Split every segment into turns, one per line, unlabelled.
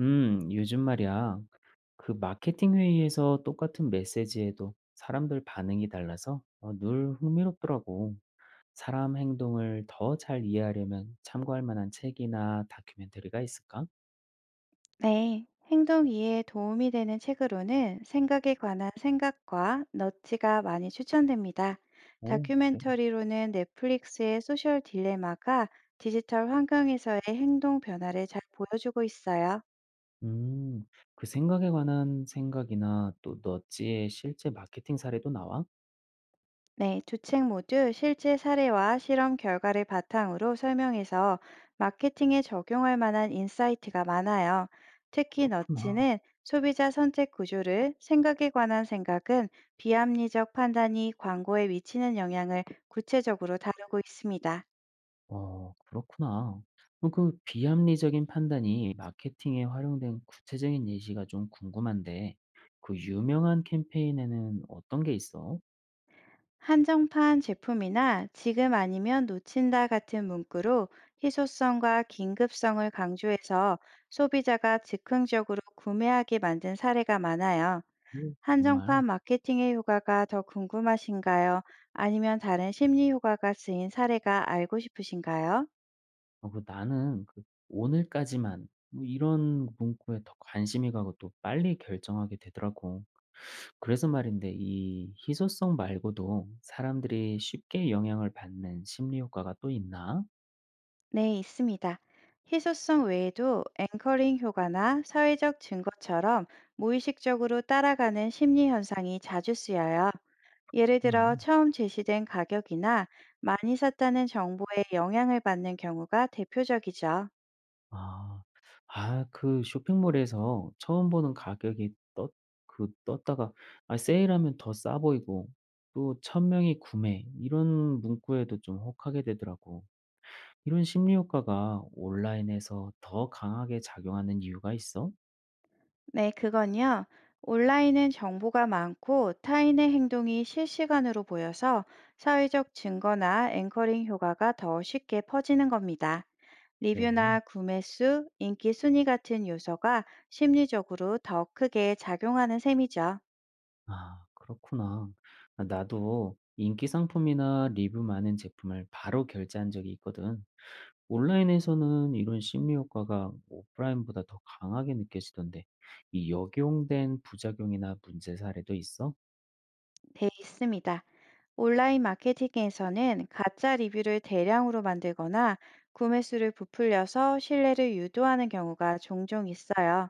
요즘 말이야. 그 마케팅 회의에서 똑같은 메시지에도 사람들 반응이 달라서 늘 흥미롭더라고. 사람 행동을 더 잘 이해하려면 참고할 만한 책이나 다큐멘터리가 있을까?
네, 행동 이해에 도움이 되는 책으로는 생각에 관한 생각과 너치가 많이 추천됩니다.
오, 그래.
다큐멘터리로는 넷플릭스의 소셜 딜레마가 디지털 환경에서의 행동 변화를 잘 보여주고 있어요.
음, 그 생각에 관한 생각이나 또 너지의 실제 마케팅 사례도 나와?
네, 두 책 모두 실제 사례와 실험 결과를 바탕으로 설명해서 마케팅에 적용할 만한 인사이트가 많아요. 특히
그렇구나.
너츠는 소비자 선택 구조를, 생각에 관한 생각은 비합리적 판단이 광고에 미치는 영향을 구체적으로 다루고 있습니다.
그렇구나. 그럼 그 비합리적인 판단이 마케팅에 활용된 구체적인 예시가 좀 궁금한데, 그 유명한 캠페인에는 어떤 게 있어?
한정판 제품이나 지금 아니면 놓친다 같은 문구로 희소성과 긴급성을 강조해서 소비자가 즉흥적으로 구매하게 만든 사례가 많아요.
오, 정말.
한정판 마케팅의 효과가 더 궁금하신가요? 아니면 다른 심리 효과가 쓰인 사례가 알고 싶으신가요?
그 나는 그 오늘까지만 뭐 이런 문구에 더 관심이 가고 또 빨리 결정하게 되더라고. 그래서 말인데 이 희소성 말고도 사람들이 쉽게 영향을 받는 심리 효과가 또 있나?
네, 있습니다. 희소성 외에도 앵커링 효과나 사회적 증거처럼 무의식적으로 따라가는 심리 현상이 자주 쓰여요. 예를 들어 처음 제시된 가격이나 많이 샀다는 정보에 영향을 받는 경우가 대표적이죠.
아. 아 그 쇼핑몰에서 처음 보는 가격이 떴 그 떴다가 아 세일하면 더 싸 보이고 또 천 명이 구매 이런 문구에도 좀 혹하게 되더라고. 이런 심리 효과가 온라인에서 더 강하게 작용하는 이유가 있어?
네, 그건요. 온라인은 정보가 많고 타인의 행동이 실시간으로 보여서 사회적 증거나 앵커링 효과가 더 쉽게 퍼지는 겁니다.
그래.
리뷰나 구매 수, 인기 순위 같은 요소가 심리적으로 더 크게 작용하는 셈이죠.
아 그렇구나. 아 나도 인기 상품이나 리뷰 많은 제품을 바로 결제한 적이 있거든. 온라인에서는 이런 심리 효과가 오프라인보다 더 강하게 느껴지던데, 이 역용된 부작용이나 문제 사례도 있어?
돼 있습니다. 온라인 마케팅에서는 가짜 리뷰를 대량으로 만들거나 구매 수를 부풀려서 신뢰를 유도하는 경우가 종종 있어요.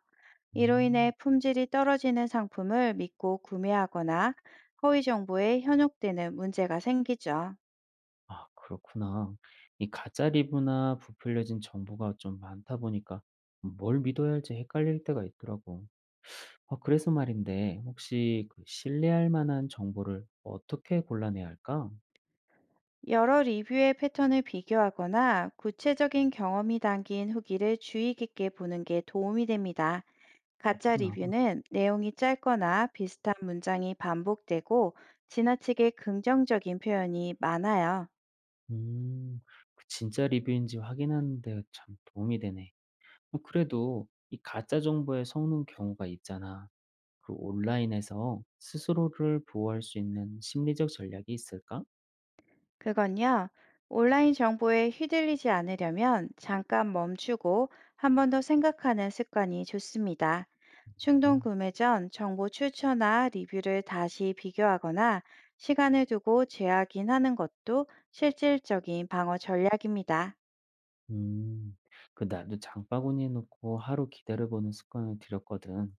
이로 인해
음,
품질이 떨어지는 상품을 믿고 구매하거나 허위 정보에 현혹되는 문제가 생기죠.
아, 그렇구나. 이 가짜 리뷰나 부풀려진 정보가 좀 많다 보니까 뭘 믿어야 할지 헷갈릴 때가 있더라고. 아, 그래서 말인데, 혹시 그 신뢰할 만한 정보를 어떻게 골라내야 할까?
여러 리뷰의 패턴을 비교하거나 구체적인 경험이 담긴 후기를 주의 깊게 보는 게 도움이 됩니다. 가짜
그렇구나.
리뷰는 내용이 짧거나 비슷한 문장이 반복되고 지나치게 긍정적인 표현이 많아요.
음, 그 진짜 리뷰인지 확인하는 데참 도움이 되네. 그래도 이 가짜 정보에 속는 경우가 있잖아. 그 온라인에서 스스로를 보호할 수 있는 심리적 전략이 있을까?
그건요, 온라인 정보에 휘둘리지 않으려면 잠깐 멈추고 한 번 더 생각하는 습관이 좋습니다. 충동
아,
구매 전 정보 출처나 리뷰를 다시 비교하거나 시간을 두고 재확인하는 것도 실질적인 방어 전략입니다.
음. 그 나도 장바구니에 넣고 하루 기다려보는 습관을 들였거든.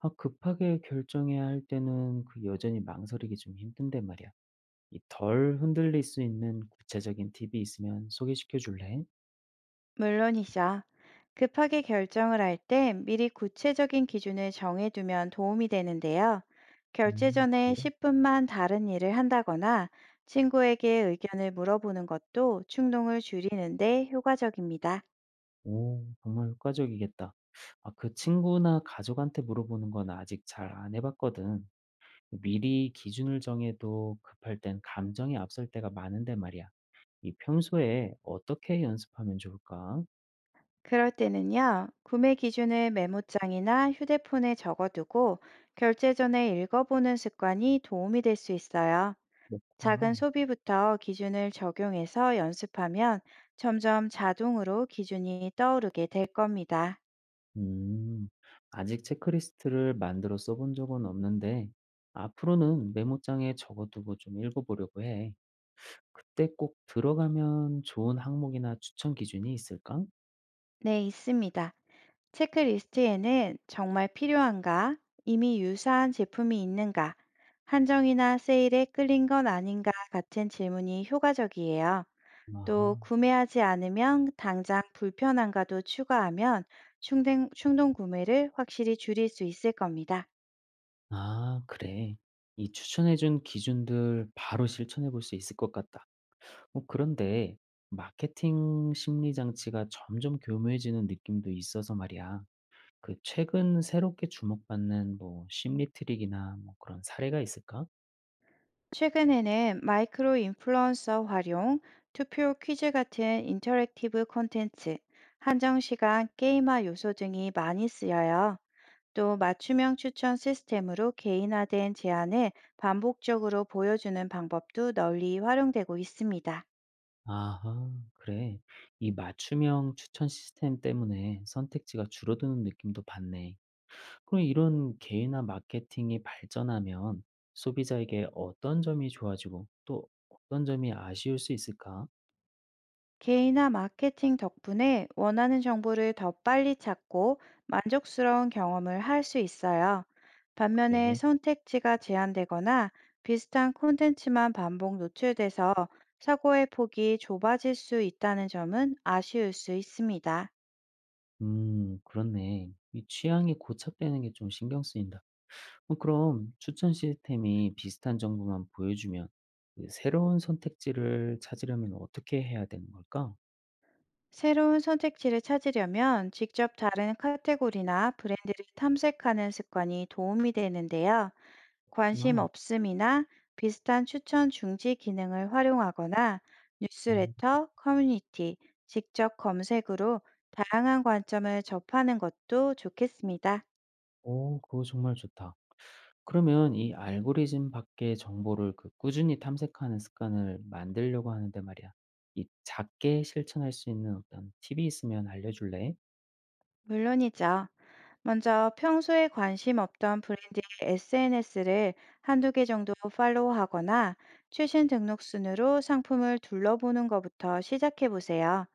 아, 급하게 결정해야 할 때는 그 여전히 망설이기 좀 힘든데 말이야. 이 덜 흔들릴 수 있는 구체적인 팁이 있으면 소개시켜 줄래?
물론이죠. 급하게 결정을 할 때 미리 구체적인 기준을 정해두면 도움이 되는데요. 결제 전에
그래.
10분만 다른 일을 한다거나 친구에게 의견을 물어보는 것도 충동을 줄이는데 효과적입니다.
오 정말 효과적이겠다. 아 그 친구나 가족한테 물어보는 건 아직 잘 안 해 봤거든. 미리 기준을 정해도 급할 땐 감정이 앞설 때가 많은데 말이야. 이 평소에 어떻게 연습하면 좋을까?
그럴 때는요, 구매 기준을 메모장이나 휴대폰에 적어두고 결제 전에 읽어보는 습관이 도움이 될 수 있어요. 작은
그렇구나.
소비부터 기준을 적용해서 연습하면 점점 자동으로 기준이 떠오르게 될 겁니다.
음. 아직 체크리스트를 만들어 써본 적은 없는데 앞으로는 메모장에 적어두고 좀 읽어 보려고 해. 그때 꼭 들어가면 좋은 항목이나 추천 기준이 있을까?
네, 있습니다. 체크리스트에는 정말 필요한가, 이미 유사한 제품이 있는가, 한정이나 세일에 끌린 건 아닌가 같은 질문이 효과적이에요. 또
아하.
구매하지 않으면 당장 불편한가도 추가하면 충동 구매를 확실히 줄일 수 있을 겁니다.
아 그래. 이 추천해 준 기준들 바로 실천해 볼 수 있을 것 같다. 그런데 마케팅 심리 장치가 점점 교묘해지는 느낌도 있어서 말이야. 그 최근 새롭게 주목받는 뭐 심리 트릭이나 뭐 그런 사례가 있을까?
최근에는 마이크로 인플루언서 활용, 투표 퀴즈 같은 인터랙티브 콘텐츠, 한정시간 게임화 요소 등이 많이 쓰여요. 또 맞춤형 추천 시스템으로 개인화된 제안을 반복적으로 보여주는 방법도 널리 활용되고 있습니다.
아하, 그래. 이 맞춤형 추천 시스템 때문에 선택지가 줄어드는 느낌도 받네. 그럼 이런 개인화 마케팅이 발전하면 소비자에게 어떤 점이 좋아지고 또 어떤 점이 아쉬울 수 있을까?
개인화 마케팅 덕분에 원하는 정보를 더 빨리 찾고 만족스러운 경험을 할 수 있어요. 반면에
그래.
선택지가 제한되거나 비슷한 콘텐츠만 반복 노출돼서 사고의 폭이 좁아질 수 있다는 점은 아쉬울 수 있습니다.
그렇네. 이 취향이 고착되는 게 좀 신경 쓰인다. 그럼 추천 시스템이 비슷한 정보만 보여주면 그 새로운 선택지를 찾으려면 어떻게 해야 되는 걸까?
새로운 선택지를 찾으려면 직접 다른 카테고리나 브랜드를 탐색하는 습관이 도움이 되는데요. 관심
나,
없음이나 비슷한 추천 중지 기능을 활용하거나
음,
뉴스레터, 커뮤니티, 직접 검색으로 다양한 관점을 접하는 것도 좋겠습니다.
오, 그거 정말 좋다. 그러면 이 알고리즘 밖의 정보를 그 꾸준히 탐색하는 습관을 만들려고 하는데 말이야. 이 작게 실천할 수 있는 어떤 팁이 있으면 알려줄래?
물론이죠. 먼저 평소에 관심 없던 브랜드의 SNS를 한두 개 정도 팔로우하거나 최신 등록 순으로 상품을 둘러보는 것부터 시작해 보세요.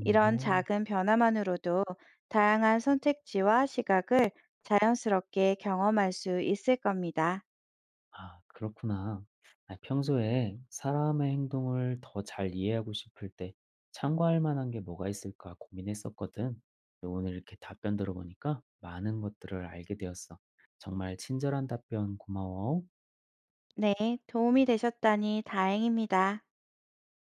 이런 작은 변화만으로도 다양한 선택지와 시각을 자연스럽게 경험할 수 있을 겁니다.
아, 그렇구나. 아, 평소에 사람의 행동을 더 잘 이해하고 싶을 때 참고할 만한 게 뭐가 있을까 고민했었거든. 근데 오늘 이렇게 답변 들어보니까 많은 것들을 알게 되었어. 정말 친절한 답변 고마워.
네, 도움이 되셨다니 다행입니다.